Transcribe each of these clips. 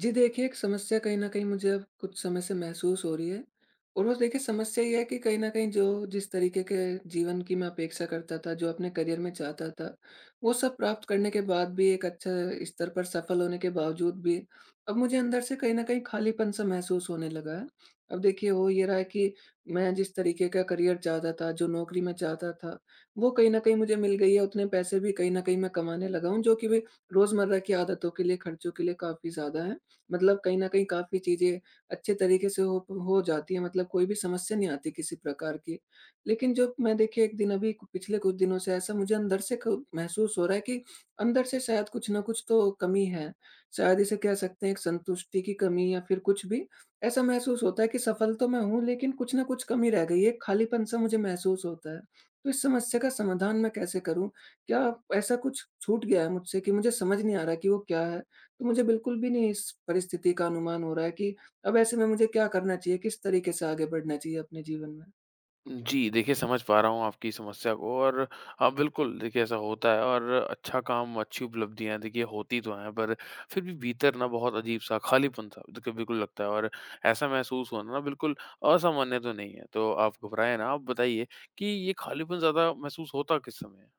जी देखिए, एक समस्या कहीं न कहीं मुझे अब कुछ समय से महसूस हो रही है और वो देखिए समस्या ये है कि कहीं न कहीं जो जिस तरीके के जीवन की मैं अपेक्षा करता था, जो अपने करियर में चाहता था, वो सब प्राप्त करने के बाद भी एक अच्छा स्तर पर सफल होने के बावजूद भी अब मुझे अंदर से कहीं न कहीं खालीपन-सा महसूस होने लगा है। अब देखिए हो ये रहा है कि मैं जिस तरीके का करियर चाहता था, जो नौकरी मैं चाहता था, वो कहीं न कहीं मुझे मिल गई है, उतने पैसे भी कहीं न कहीं मैं कमाने लगा हूँ, जो कि वे रोज़मर्रा की आदतों के लिए, खर्चों के लिए काफ़ी ज़्यादा हैं। मतलब कहीं न कहीं काफ़ी चीज़ें अच्छे तरीके से हो जाती है, मतलब कोई भी समस्या नहीं आती किसी प्रकार की। लेकिन जो मैं देखिए एक दिन अभी पिछले कुछ दिनों से ऐसा मुझे अंदर से क महसूस हो रहा है कि अंदर से शायद कुछ न कुछ तो कमी है। शायद इसे कह सकते हैं एक संतुष्टि की कमी या फिर कुछ भी। ऐसा महसूस होता है कि सफल तो मैं हूँ लेकिन कुछ न कुछ कमी रह गई है, खालीपन-सा मुझे महसूस होता है। तो इस समस्या का समाधान मैं कैसे करूँ? क्या ऐसा कुछ छूट गया है मुझसे कि मुझे समझ नहीं आ रहा कि वो क्या है? तो मुझे बिल्कुल भी नहीं इस परिस्थिति का अनुमान हो रहा है कि अब ऐसे में मुझे क्या करना चाहिए? किस तरीके से आगे बढ़ना चाहिए अपने जीवन में? जी, देखिए समझ पा रहा हूँ आपकी समस्या को और हाँ, बिल्कुल देखिए ऐसा होता है और अच्छा काम, अच्छी उपलब्धियाँ देखिए होती तो हैं पर फिर भी भीतर ना बहुत अजीब-सा खालीपन-सा देखिए बिल्कुल लगता है और ऐसा महसूस होना ना बिल्कुल असामान्य तो नहीं है। तो आप घबराएँ ना, आप बताइए कि ये खालीपन ज़्यादा महसूस होता किस समय है?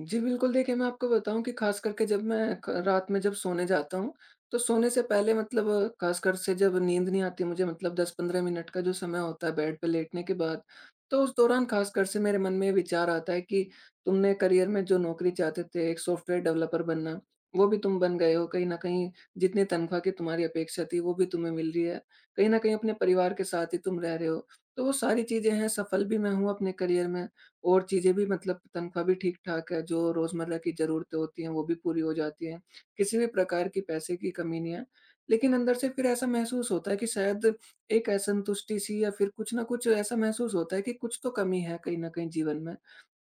जी, बिल्कुल देखिए, मैं आपको बताऊँ कि ख़ास करके जब मैं क रात में जब सोने जाता हूँ, तो सोने से पहले मतलब ख़ासकर से जब नींद नहीं आती मुझे, मतलब 10-15 मिनट का जो समय होता है बेड पे लेटने के बाद, तो उस दौरान ख़ासकर से मेरे मन में ये विचार आता है कि तुमने करियर में जो नौकरी चाहते थे, एक सॉफ्टवेयर डेवलपर बनना, वो भी तुम बन गए हो। कहीं न कहीं जितनी तनख्वाह की तुम्हारी अपेक्षा थी, वो भी तुम्हें मिल रही है। कहीं न कहीं अपने परिवार के साथ ही तुम रह रहे हो। तो वो सारी चीज़ें हैं, सफल भी मैं हूँ अपने करियर में, और चीज़ें भी मतलब तनख्वाह भी ठीक-ठाक है, जो रोज़मर्रा की ज़रूरतें होती हैं, वो भी पूरी हो जाती हैं। किसी भी प्रकार की पैसे की कमी नहीं है। लेकिन अंदर से फिर ऐसा महसूस होता है कि शायद एक असंतुष्टि सी या फिर कुछ न कुछ ऐसा महसूस होता है कि कुछ तो कमी है कहीं न कहीं जीवन में।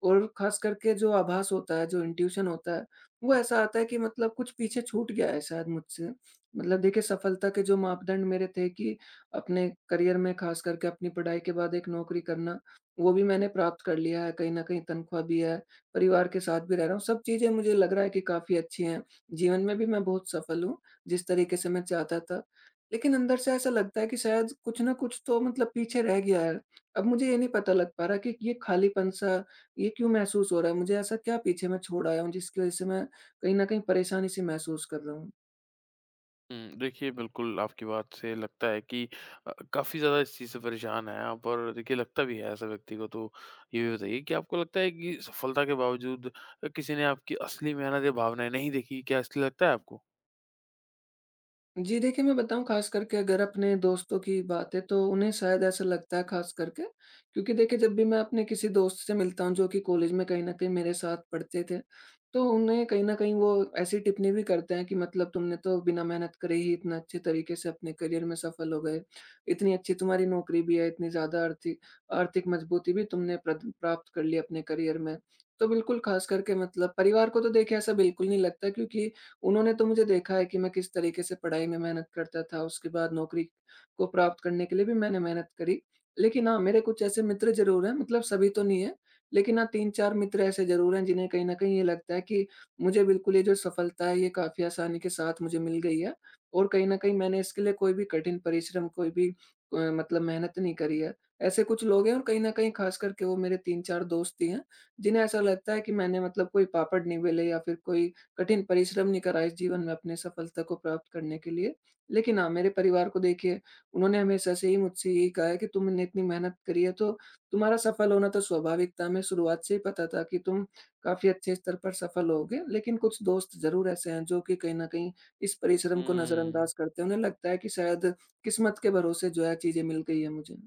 और ख़ास करके जो आभास होता है, जो इंट्यूशन होता है, वो ऐसा आता है कि मतलब कुछ पीछे छूट गया है शायद मुझसे। मतलब देखिए सफलता के जो मापदंड मेरे थे कि अपने करियर में ख़ास करके अपनी पढ़ाई के बाद एक नौकरी करना, वो भी मैंने प्राप्त कर लिया है, कहीं न कहीं तनख्वाह भी है, परिवार के साथ भी रह रहा हूँ, सब चीज़ें मुझे लग रहा है कि काफ़ी अच्छी हैं। जीवन में भी मैं बहुत सफल हूँ, जिस तरीके से मैं चाहता था। लेकिन अंदर से ऐसा लगता है कि शायद कुछ न कुछ तो मतलब पीछे रह गया है। अब मुझे ये नहीं पता लग पा रहा कि ये खालीपन-सा ये क्यों महसूस हो रहा है? मुझे ऐसा क्या पीछे मैं छोड़ आया हूँ जिसकी वज़ह से मैं कहीं न कहीं परेशानी-सी महसूस कर रहा हूँ? देखिए बिल्कुल आपकी बात से लगता है कि काफ़ी ज़्यादा इस चीज़ से परेशान हैं आप और देखिए लगता भी है ऐसा व्यक्ति को। तो ये भी बताइए कि आपको लगता है कि सफलता के बावजूद किसी ने आपकी असली मेहनत या भावनाएँ नहीं देखी, क्या इसलिए लगता है आपको? जी देखिए, मैं बताऊँ ख़ास करके अगर अपने दोस्तों की बात है तो उन्हें शायद ऐसा लगता है, ख़ास करके क्योंकि देखिए जब भी मैं अपने किसी दोस्त से मिलता हूँ जो कि कॉलेज में कहीं न कहीं मेरे साथ पढ़ते थे, तो उन्हें कहीं न कहीं वो ऐसी टिप्पणी भी करते हैं कि मतलब तुमने तो बिना मेहनत करे ही इतना अच्छे तरीके से अपने करियर में सफल हो गए। इतनी अच्छी तुम्हारी नौकरी भी है, इतनी ज़्यादा आर्थिक आर्थिक मजबूती भी तुमने प्रद प्राप्त कर ली अपने करियर में। तो बिल्कुल ख़ास करके मतलब परिवार को तो देखिए ऐसा बिल्कुल नहीं लगता, क्योंकि उन्होंने तो मुझे देखा है कि मैं किस तरीके से पढ़ाई में मेहनत करता था, उसके बाद नौकरी को प्राप्त करने के लिए भी मैंने मेहनत करी। लेकिन हाँ, मेरे कुछ ऐसे मित्र ज़रूर हैं, मतलब सभी तो नहीं है, लेकिन हाँ 3-4 मित्र ऐसे ज़रूर हैं जिन्हें कहीं न कहीं ये लगता है कि मुझे बिल्कुल ये जो सफलता है, ये काफ़ी आसानी के साथ मुझे मिल गई है और कहीं न कहीं मैंने इसके लिए कोई भी कठिन परिश्रम, कोई भी मतलब मेहनत नहीं करी है। ऐसे कुछ लोग हैं और कहीं न कहीं ख़ास करके वो मेरे 3-4 दोस्त ही हैं, जिन्हें ऐसा लगता है कि मैंने मतलब कोई पापड़ नहीं बेले या फिर कोई कठिन परिश्रम नहीं करा इस जीवन में अपने सफलता को प्राप्त करने के लिए। लेकिन हाँ, मेरे परिवार को देखिए, उन्होंने हमेशा से ही मुझसे यही कहा है कि तुमने इतनी मेहनत करी है तो तुम्हारा सफल होना तो स्वाभाविक था। हमें शुरुआत से ही पता था कि तुम काफ़ी अच्छे स्तर पर सफल होगे। लेकिन कुछ दोस्त ज़रूर ऐसे हैं जो कि कहीं न कहीं इस परिश्रम को हुँ, नज़रअंदाज करते हैं। उन्हें लगता है कि शायद किस्मत के भरोसे जो है चीज़ें मिल गई हैं मुझे।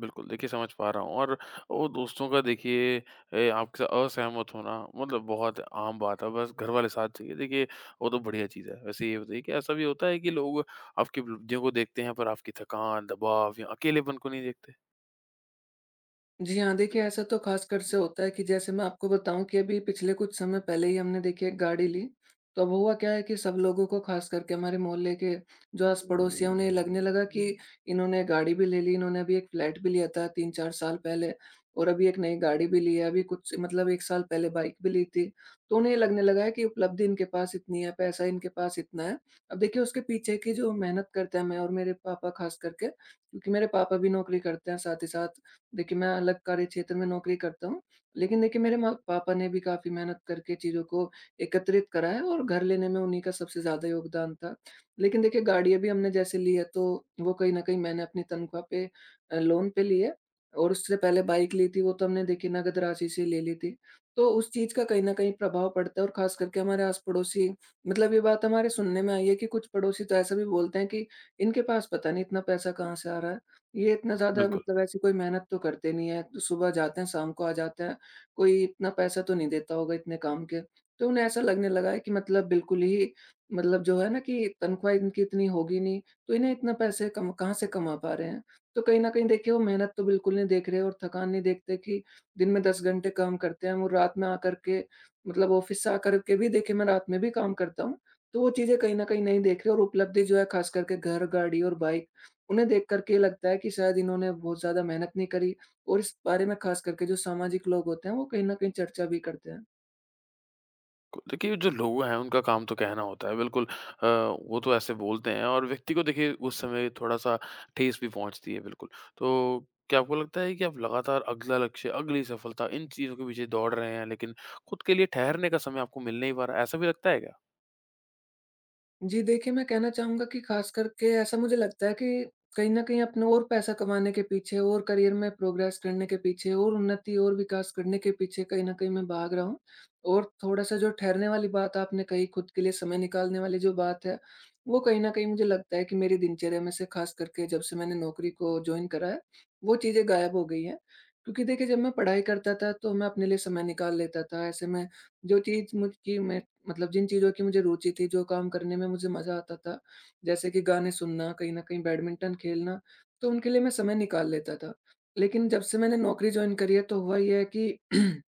बिल्कुल देखिए समझ पा रहा हूँ और वो दोस्तों का देखिए आपके साथ असहमत होना मतलब बहुत आम बात है, बस घर वाले साथ चाहिए। देखिए वो तो बढ़िया चीज़ है। वैसे ये बताइए कि ऐसा भी होता है कि लोग आपकी उपलब्धियों को देखते हैं पर आपकी थकान, दबाव या अकेलेपन को नहीं देखते? जी हाँ, देखिए ऐसा तो ख़ासकर से होता है कि, जैसे मैं आपको बताऊँ कि अभी पिछले कुछ समय पहले ही हमने देखिए एक गाड़ी ली। तो अब हुआ क्या है कि सब लोगों को, ख़ास करके हमारे मोहल्ले के जो आस-पड़ोसी हैं, उन्हें लगने लगा कि इन्होंने गाड़ी भी ले ली, इन्होंने अभी एक फ्लैट भी लिया था 3-4 साल पहले और अभी एक नई गाड़ी भी ली है, अभी कुछ मतलब 1 साल पहले बाइक भी ली थी। तो उन्हें ये लगने लगा है कि उपलब्धि इनके पास इतनी है, पैसा इनके पास इतना है। अब देखिए उसके पीछे की जो मेहनत करते हैं मैं और मेरे पापा ख़ास करके, क्योंकि मेरे पापा भी नौकरी करते हैं साथ ही साथ। देखिए, मैं अलग कार्य क्षेत्र में नौकरी करता हूँ, लेकिन देखिए मेरे माँ पापा ने भी काफ़ी मेहनत करके चीज़ों को एकत्रित करा है और घर लेने में उन्हीं का सबसे ज़्यादा योगदान था। लेकिन देखिए गाड़ियाँ भी हमने जैसे ली है, तो वो कहीं न कहीं मैंने अपनी तनख्वाह पे लोन पे ली है और उससे पहले बाइक ली थी, वो तो हमने देखिए नगद राशि से ले ली थी। तो उस चीज़ का कहीं न कहीं प्रभाव पड़ता है और ख़ास करके हमारे आस-पड़ोसी, मतलब ये बात हमारे सुनने में आई है कि कुछ पड़ोसी तो ऐसा भी बोलते हैं कि इनके पास पता नहीं इतना पैसा कहाँ से आ रहा है। ये इतना ज़्यादा बिल्कुल, मतलब ऐसी कोई मेहनत तो करते नहीं है। तो सुबह जाते हैं, शाम को आ जाते हैं। कोई इतना पैसा तो नहीं देता होगा इतने काम के। तो उन्हें ऐसा लगने लगा है कि मतलब बिल्कुल ही, मतलब जो है ना कि तनख्वाह इनकी इतनी होगी नहीं, तो इन्हें इतना पैसे कम कहाँ से कमा पा रहे हैं? तो कहीं न कहीं देखिए वो मेहनत तो बिल्कुल नहीं देख रहे और थकान नहीं देखते कि दिन में 10 घंटे काम करते हैं। वो रात में आकर के मतलब ऑफ़िस से आकर के भी, देखिए मैं रात में भी काम करता हूँ। तो वो चीज़ें कहीं न कहीं नहीं देख रहे और उपलब्धि जो है, ख़ास करके घर, गाड़ी और बाइक, उन्हें देख कर के ये लगता है कि शायद इन्होंने बहुत ज़्यादा मेहनत नहीं करी और इस बारे में ख़ास करके जो सामाजिक लोग होते हैं, वो कहीं न कहीं चर्चा भी करते हैं। बिल्कुल। देखिए, जो लोग हैं, उनका काम तो कहना होता है, बिल्कुल वो तो ऐसे बोलते हैं और व्यक्ति को देखिए उस समय थोड़ा-सा ठेस भी पहुँचती है, बिल्कुल। तो क्या आपको लगता है कि आप लगातार अगला लक्ष्य, अगली सफलता इन चीज़ों के पीछे दौड़ रहे हैं, लेकिन खुद के लिए ठहरने का समय आपको मिल नहीं पा रहा है, ऐसा भी लगता है क्या? जी, देखिए मैं कहना चाहूँगा कि ख़ास करके ऐसा मुझे लगता है कि कहीं न कहीं अपना और पैसा कमाने के पीछे और करियर में प्रोग्रेस करने के पीछे और उन्नति और विकास करने के पीछे कहीं न कहीं मैं भाग रहा हूँ। और थोड़ा-सा जो ठहरने वाली बात आपने कही, खुद के लिए समय निकालने वाली जो बात है, वो कहीं न कहीं मुझे लगता है कि मेरी दिनचर्या में से ख़ास करके जब से मैंने नौकरी को जॉइन करा है, वो चीज़ें गायब हो गई हैं। क्योंकि देखिए जब मैं पढ़ाई करता था तो मैं अपने लिए समय निकाल लेता था। ऐसे में जो चीज़ मुझकी मैं मतलब जिन चीज़ों की मुझे रुचि थी, जो काम करने में मुझे मज़ा आता था, जैसे कि गाने सुनना, कहीं न कहीं बैडमिंटन खेलना, तो उनके लिए मैं समय निकाल लेता था। लेकिन जब से मैंने नौकरी जॉइन करी है, तो हुआ ये है कि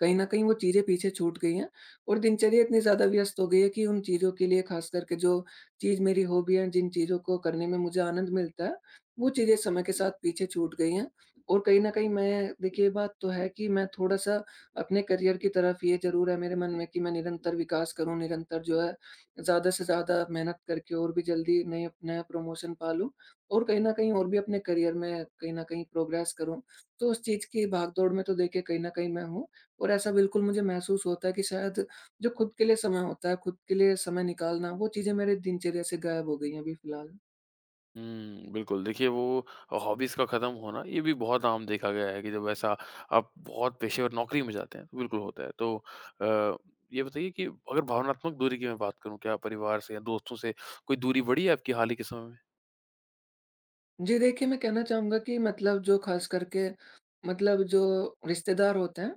कहीं न कहीं वो चीज़ें पीछे छूट गई हैं और दिनचर्या इतनी ज़्यादा व्यस्त हो गई है कि उन चीज़ों के लिए ख़ास करके जो चीज़ मेरी हॉबी है, जिन चीज़ों को करने में मुझे आनंद मिलता है, वो चीज़ें समय के साथ पीछे छूट गई हैं। और कहीं न कहीं मैं देखिए ये बात तो है कि मैं थोड़ा-सा अपने करियर की तरफ, ये ज़रूर है मेरे मन में कि मैं निरंतर विकास करूँ, निरंतर जो है ज़्यादा से ज़्यादा मेहनत करके और भी जल्दी नए नया प्रमोशन पा लूँ और कहीं न कहीं और भी अपने करियर में कहीं न कहीं प्रोग्रेस करूँ। तो उस चीज़ की भागदौड़ में तो देखिए कहीं न कहीं मैं हूँ। और ऐसा बिल्कुल मुझे महसूस होता है कि शायद जो खुद के लिए समय होता है, खुद के लिए समय निकालना, वो चीज़ें मेरे दिनचर्या से गायब हो गई हैं अभी फ़िलहाल। बिल्कुल। देखिए वो हॉबीज़ का ख़त्म होना ये भी बहुत आम देखा गया है कि जब ऐसा आप बहुत पेशेवर नौकरी में जाते हैं, तो बिल्कुल होता है। तो अ, ये बताइए कि अगर भावनात्मक दूरी की मैं बात करूँ, क्या परिवार से या दोस्तों से कोई दूरी बढ़ी है आपकी हाल ही के समय में? जी देखिए, मैं कहना चाहूँगा कि मतलब जो ख़ास करके, मतलब जो रिश्तेदार होते हैं,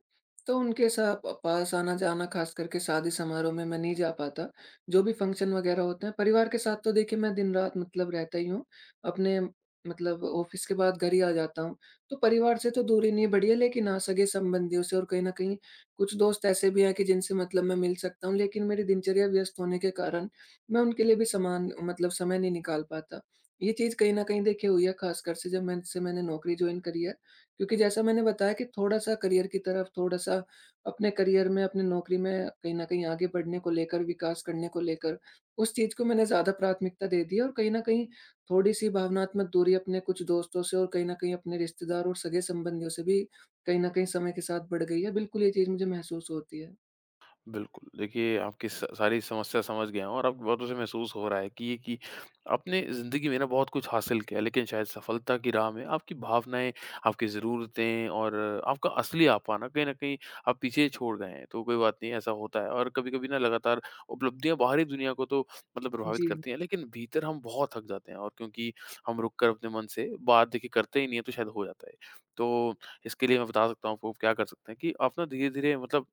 तो उनके सा प पास आना-जाना, ख़ास करके शादी समारोह में, मैं नहीं जा पाता। जो भी फ़ंक्शन वग़ैरह होते हैं, परिवार के साथ तो देखिए मैं दिन-रात मतलब रहता ही हूँ। अपने मतलब ऑफ़िस के बाद घर ही आ जाता हूँ। तो परिवार से तो दूरी नहीं बढ़ी है, लेकिन हाँ, सगे-संबंधियों से और कहीं न कहीं कुछ दोस्त ऐसे भी हैं कि जिनसे मतलब मैं मिल सकता हूँ, लेकिन मेरी दिनचर्या व्यस्त होने के कारण मैं उनके लिए भी समान मतलब समय नहीं निकाल पाता। ये चीज़ कहीं न कहीं देखिए हुई है ख़ासकर से जब मैन से मैंने नौकरी जॉइन करी है, क्योंकि जैसा मैंने बताया कि थोड़ा-सा करियर की तरफ, थोड़ा-सा अपने करियर में, अपनी नौकरी में कहीं न कहीं आगे बढ़ने को लेकर, विकास करने को लेकर, उस चीज़ को मैंने ज़्यादा प्राथमिकता दे दी है और कहीं न कहीं थोड़ी-सी भावनात्मक दूरी अपने कुछ दोस्तों से और कहीं न कहीं अपने रिश्तेदार और सगे-संबंधियों से भी कहीं न कहीं समय के साथ बढ़ गई है। बिल्कुल, ये चीज़ मुझे महसूस होती है। बिल्कुल, देखिए आपकी स सारी समस्या समझ गया हूँ और आपकी बातों से महसूस हो रहा है कि ये कि आपने ज़िंदगी में ना बहुत कुछ हासिल किया लेकिन शायद सफलता की राह में आपकी भावनाएँ, आपकी ज़रूरतें और आपका असली आपा ना कहीं न कहीं आप पीछे छोड़ गए हैं। तो कोई बात नहीं ऐसा होता है और कभी-कभी ना लगातार उपलब्धियाँ बाहरी दुनिया को तो मतलब प्रभावित जी। करती हैं लेकिन भीतर हम बहुत थक जाते हैं और क्योंकि हम रुक कर अपने मन से बात देखिए करते ही नहीं है तो शायद हो जाता है। तो इसके लिए मैं बता सकता हूँ आपको क्या कर सकते हैं कि आप ना धीरे-धीरे मतलब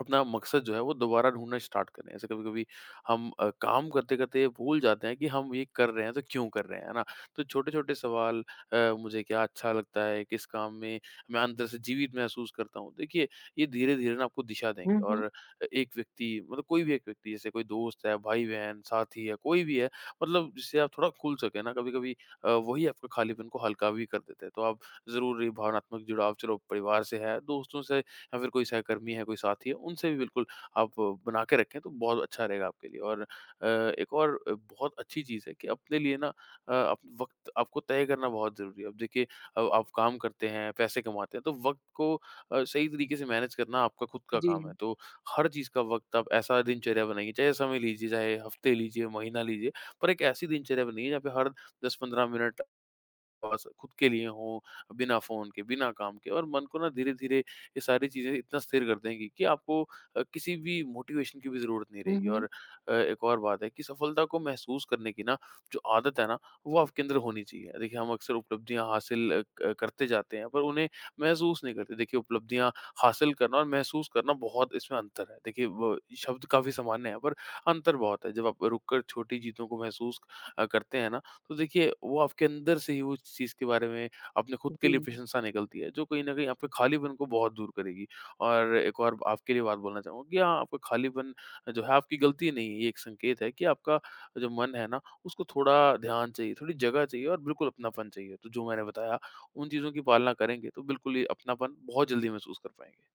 अपना मकसद जो है वो दोबारा ढूँढना स्टार्ट करें। ऐसे कभी-कभी हम काम करते-करते भूल जाते हैं कि हम ये कर रहे हैं तो क्यों कर रहे हैं, है ना? तो छोटे-छोटे सवाल मुझे क्या अच्छा लगता है, किस काम में मैं अंदर से जीवित महसूस करता हूँ। देखिए, ये धीरे-धीरे ना आपको दिशा हुँ, देंगे और हुँ। एक व्यक्ति मतलब कोई भी एक व्यक्ति जैसे कोई दोस्त है, भाई-बहन, साथी है, कोई भी है मतलब जिससे आप थोड़ा खुल सकें ना कभी-कभी वही आपका खालीपन को हल्का भी कर देते हैं। तो आप ज़रूर ये भावनात्मक जुड़ाव चलो परिवार से है, दोस्तों से या फिर कोई सहकर्मी है, कोई साथी है, उनसे भी बिल्कुल आप बना के रखें तो बहुत अच्छा रहेगा आपके लिए। और एक और बहुत अच्छी चीज़ है कि अपने लिए ना अ, अप वक़्त आपको तय करना बहुत ज़रूरी है। अब देखिए आप काम करते हैं, पैसे कमाते हैं, तो वक़्त को सही तरीके से मैनेज करना आपका खुद का जी। काम है। तो हर चीज़ का वक़्त आप ऐसा दिनचर्या बनाइए, चाहे समय लीजिए, चाहे हफ़्ते लीजिए, महीना लीजिए, पर एक ऐसी दिनचर्या बनाइए जहाँ पे हर 10-15 मिनट पास खुद के लिए हो, बिना फ़ोन के, बिना काम के और मन को ना धीरे-धीरे ये सारी चीज़ें इतना स्थिर कर देंगी कि आपको किसी भी मोटिवेशन की भी ज़रूरत नहीं हुँ, रहेगी हुँ। और एक और बात है कि सफलता को महसूस करने की ना जो आदत है ना, वो आपके अंदर होनी चाहिए। देखिए, हम अक्सर उपलब्धियाँ हासिल अ, क करते जाते हैं, पर उन्हें महसूस नहीं करते। देखिए, उपलब्धियाँ हासिल करना और महसूस करना बहुत इसमें अंतर है। देखिए, वो शब्द काफ़ी सामान्य है, पर अंतर बहुत है। जब आप रुक कर छोटी जीतों को महसूस करते हैं ना, तो देखिए वो आपके अंदर से ही उस चीज़ के बारे में अपने खुद के जी। लिए प्रशंसा निकलती है, जो कहीं न कहीं आपके खालीपन को बहुत दूर करेगी। और एक और आपके लिए बात बोलना चाहूँगा कि हाँ, आपका खालीपन जो है आपकी गलती नहीं है, ये एक संकेत है कि आपका जो मन है ना, उसको थोड़ा ध्यान चाहिए, थोड़ी जगह चाहिए और बिल्कुल अपनापन चाहिए। तो जो मैंने बताया, उन चीज़ों की पालना करेंगे तो बिल्कुल ये अपनापन बहुत जल्दी महसूस कर पाएँगे।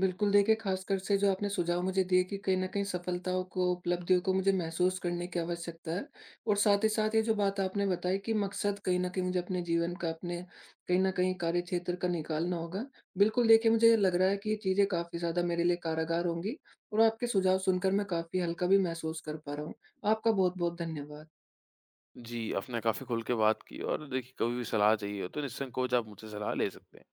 बिल्कुल, देखिए ख़ासकर से जो आपने सुझाव मुझे दिए कि कहीं न कहीं सफलताओं को, उपलब्धियों को मुझे महसूस करने की आवश्यकता है और साथ ही साथ ये जो बात आपने बताई कि मकसद कहीं न कहीं मुझे अपने जीवन का, अपने कहीं न कहीं कार्यक्षेत्र का निकालना होगा। बिल्कुल, देखिए मुझे लग रहा है कि ये चीज़ें काफ़ी ज़्यादा मेरे लिए कारागार होंगी और आपके सुझाव सुनकर मैं काफ़ी हल्का भी महसूस कर पा रहा हूँ। आपका बहुत-बहुत धन्यवाद। जी, आपने काफ़ी खुल के बात की और देखिए कभी भी सलाह चाहिए हो तो निसंकोच आप मुझसे सलाह ले सकते हैं।